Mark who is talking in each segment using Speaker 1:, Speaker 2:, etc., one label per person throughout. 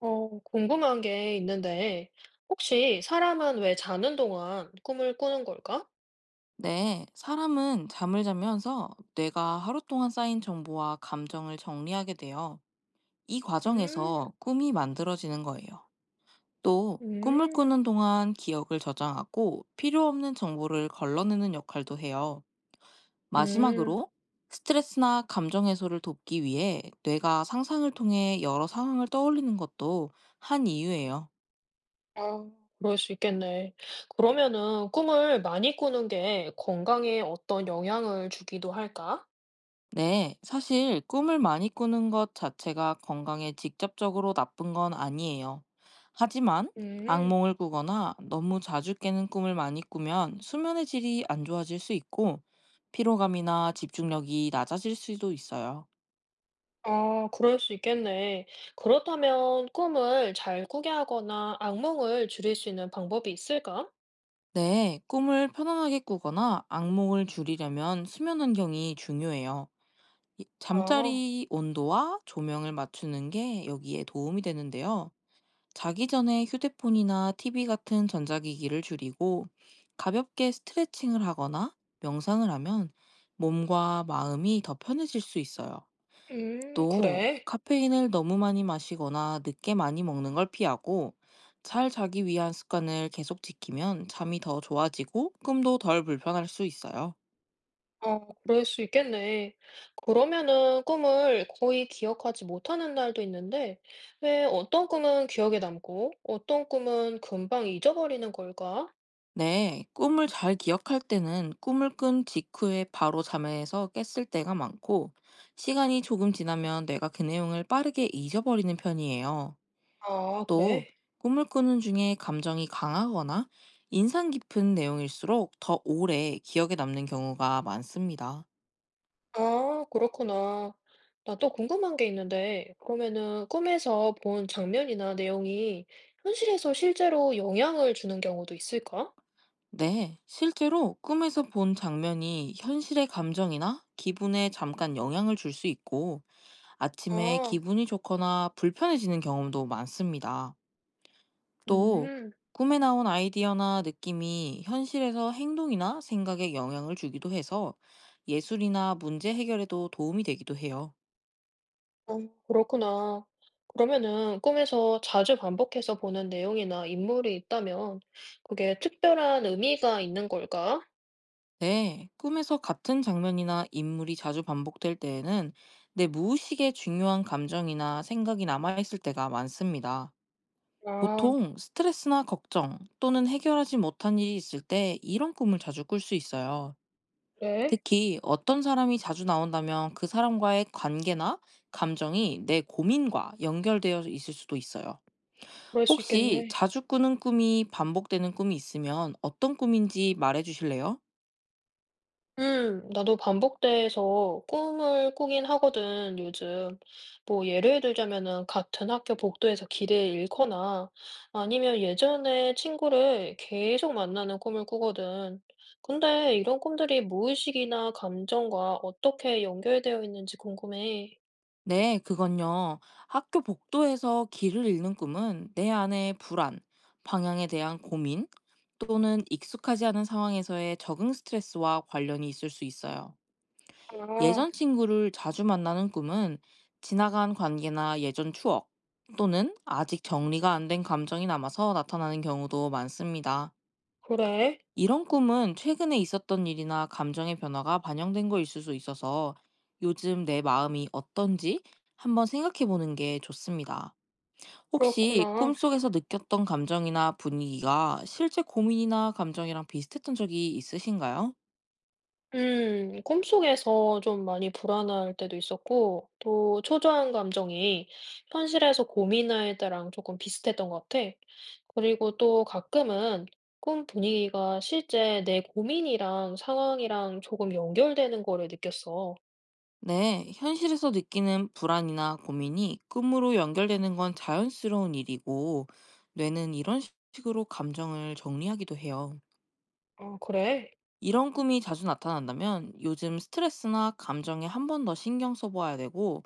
Speaker 1: 궁금한 게 있는데, 혹시 사람은 왜 자는 동안 꿈을 꾸는 걸까?
Speaker 2: 네, 사람은 잠을 자면서 뇌가 하루 동안 쌓인 정보와 감정을 정리하게 돼요. 이
Speaker 1: 음,
Speaker 2: 과정에서 꿈이 만들어지는 거예요. 또, 꿈을
Speaker 1: 음,
Speaker 2: 꾸는 동안 기억을 저장하고 필요 없는 정보를 걸러내는 역할도 해요.
Speaker 1: 음,
Speaker 2: 마지막으로, 스트레스나 감정 해소를 돕기 위해 뇌가 상상을 통해 여러 상황을 떠올리는 것도 한 이유예요.
Speaker 1: 아, 그럴 수 있겠네. 그러면은 꿈을 많이 꾸는 게 건강에 어떤 영향을 주기도 할까?
Speaker 2: 네, 사실 꿈을 많이 꾸는 것 자체가 건강에 직접적으로 나쁜 건 아니에요. 하지만
Speaker 1: 음,
Speaker 2: 악몽을 꾸거나 너무 자주 깨는 꿈을 많이 꾸면 수면의 질이 안 좋아질 수 있고 피로감이나 집중력이 낮아질 수도 있어요.
Speaker 1: 아, 그럴 수 있겠네. 그렇다면 꿈을 잘 꾸게 하거나 악몽을 줄일 수 있는 방법이 있을까?
Speaker 2: 네, 꿈을 편안하게 꾸거나 악몽을 줄이려면 수면 환경이 중요해요.
Speaker 1: 아,
Speaker 2: 잠자리 온도와 조명을 맞추는 게 여기에 도움이 되는데요. 자기 전에 휴대폰이나 TV 같은 전자기기를 줄이고 가볍게 스트레칭을 하거나 명상을 하면 몸과 마음이 더 편해질 수 있어요. 또
Speaker 1: 그래.
Speaker 2: 카페인을 너무 많이 마시거나 늦게 많이 먹는 걸 피하고 잘 자기 위한 습관을 계속 지키면 잠이 더 좋아지고 꿈도 덜 불편할 수 있어요.
Speaker 1: 어, 그럴 수 있겠네. 그러면은 꿈을 거의 기억하지 못하는 날도 있는데, 왜 어떤 꿈은 기억에 남고, 어떤 꿈은 금방 잊어버리는 걸까?
Speaker 2: 네, 꿈을 잘 기억할 때는 꿈을 꾼 직후에 바로 잠에서 깼을 때가 많고, 시간이 조금 지나면 뇌가 그 내용을 빠르게 잊어버리는 편이에요.
Speaker 1: 아,
Speaker 2: 또,
Speaker 1: 그래?
Speaker 2: 꿈을 꾸는 중에 감정이 강하거나 인상 깊은 내용일수록 더 오래 기억에 남는 경우가 많습니다.
Speaker 1: 아, 그렇구나. 나 또 궁금한 게 있는데, 그러면은 꿈에서 본 장면이나 내용이 현실에서 실제로 영향을 주는 경우도 있을까?
Speaker 2: 네, 실제로 꿈에서 본 장면이 현실의 감정이나 기분에 잠깐 영향을 줄 수 있고, 아침에
Speaker 1: 아,
Speaker 2: 기분이 좋거나 불편해지는 경험도 많습니다. 또
Speaker 1: 음.
Speaker 2: 꿈에 나온 아이디어나 느낌이 현실에서 행동이나 생각에 영향을 주기도 해서 예술이나 문제 해결에도 도움이 되기도 해요.
Speaker 1: 어, 그렇구나. 그러면은 꿈에서 자주 반복해서 보는 내용이나 인물이 있다면 그게 특별한 의미가 있는 걸까?
Speaker 2: 네, 꿈에서 같은 장면이나 인물이 자주 반복될 때에는 내 무의식에 중요한 감정이나 생각이 남아있을 때가 많습니다.
Speaker 1: 아,
Speaker 2: 보통 스트레스나 걱정 또는 해결하지 못한 일이 있을 때 이런 꿈을 자주 꿀 수 있어요.
Speaker 1: 그래?
Speaker 2: 특히 어떤 사람이 자주 나온다면 그 사람과의 관계나 감정이 내 고민과 연결되어 있을 수도 있어요.
Speaker 1: 그럴 수
Speaker 2: 혹시
Speaker 1: 있겠네.
Speaker 2: 자주 꾸는 꿈이 반복되는 꿈이 있으면 어떤 꿈인지 말해 주실래요?
Speaker 1: 나도 반복돼서 꿈을 꾸긴 하거든, 요즘. 뭐, 예를 들자면은 같은 학교 복도에서 길을 잃거나 아니면 예전에 친구를 계속 만나는 꿈을 꾸거든. 근데 이런 꿈들이 무의식이나 감정과 어떻게 연결되어 있는지 궁금해.
Speaker 2: 네, 그건요. 학교 복도에서 길을 잃는 꿈은 내 안의 불안, 방향에 대한 고민, 또는 익숙하지 않은 상황에서의 적응 스트레스와 관련이 있을 수 있어요.
Speaker 1: 아,
Speaker 2: 예전 친구를 자주 만나는 꿈은 지나간 관계나 예전 추억 또는 아직 정리가 안 된 감정이 남아서 나타나는 경우도 많습니다.
Speaker 1: 그래?
Speaker 2: 이런 꿈은 최근에 있었던 일이나 감정의 변화가 반영된 거일 수도 있어서 요즘 내 마음이 어떤지 한번 생각해 보는 게 좋습니다. 혹시
Speaker 1: 그렇구나.
Speaker 2: 꿈속에서 느꼈던 감정이나 분위기가 실제 고민이나 감정이랑 비슷했던 적이 있으신가요?
Speaker 1: 음. 꿈속에서 좀 많이 불안할 때도 있었고 또 초조한 감정이 현실에서 고민할 때랑 조금 비슷했던 것 같아. 그리고 또 가끔은 꿈 분위기가 실제 내 고민이랑 상황이랑 조금 연결되는 거를 느꼈어.
Speaker 2: 네, 현실에서 느끼는 불안이나 고민이 꿈으로 연결되는 건 자연스러운 일이고, 뇌는 이런 식으로 감정을 정리하기도 해요.
Speaker 1: 아, 그래?
Speaker 2: 이런 꿈이 자주 나타난다면 요즘 스트레스나 감정에 한 번 더 신경 써봐야 되고,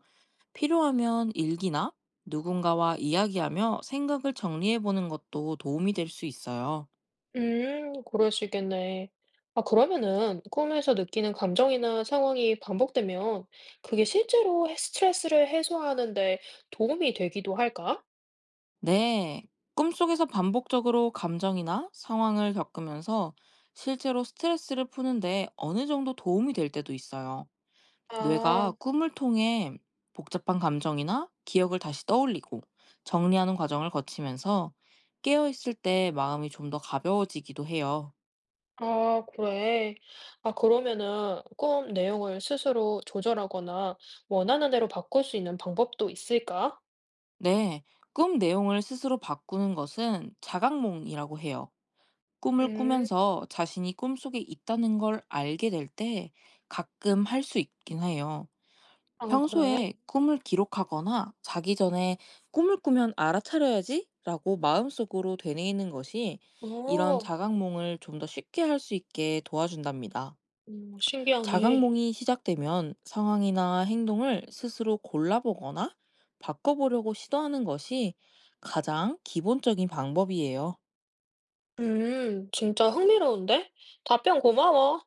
Speaker 2: 필요하면 일기나 누군가와 이야기하며 생각을 정리해보는 것도 도움이 될 수 있어요.
Speaker 1: 음. 그럴 수 있겠네. 아, 그러면은 꿈에서 느끼는 감정이나 상황이 반복되면 그게 실제로 스트레스를 해소하는 데 도움이 되기도 할까?
Speaker 2: 네, 꿈속에서 반복적으로 감정이나 상황을 겪으면서 실제로 스트레스를 푸는데 어느 정도 도움이 될 때도 있어요. 뇌가
Speaker 1: 아.
Speaker 2: 꿈을 통해 복잡한 감정이나 기억을 다시 떠올리고 정리하는 과정을 거치면서 깨어있을 때 마음이 좀 더 가벼워지기도 해요.
Speaker 1: 아, 그래. 아, 그러면은 꿈 내용을 스스로 조절하거나 원하는 대로 바꿀 수 있는 방법도 있을까?
Speaker 2: 네, 꿈 내용을 스스로 바꾸는 것은 자각몽이라고 해요. 꿈을
Speaker 1: 음,
Speaker 2: 꾸면서 자신이 꿈속에 있다는 걸 알게 될 때 가끔 할 수 있긴 해요.
Speaker 1: 아, 그래.
Speaker 2: 평소에 꿈을 기록하거나 자기 전에 꿈을 꾸면 알아차려야지 라고 마음속으로 되뇌이는 것이 이런
Speaker 1: 어,
Speaker 2: 자각몽을 좀 더 쉽게 할 수 있게 도와준답니다.
Speaker 1: 신기하네.
Speaker 2: 자각몽이 시작되면 상황이나 행동을 스스로 골라보거나 바꿔보려고 시도하는 것이 가장 기본적인 방법이에요.
Speaker 1: 진짜 흥미로운데? 답변 고마워.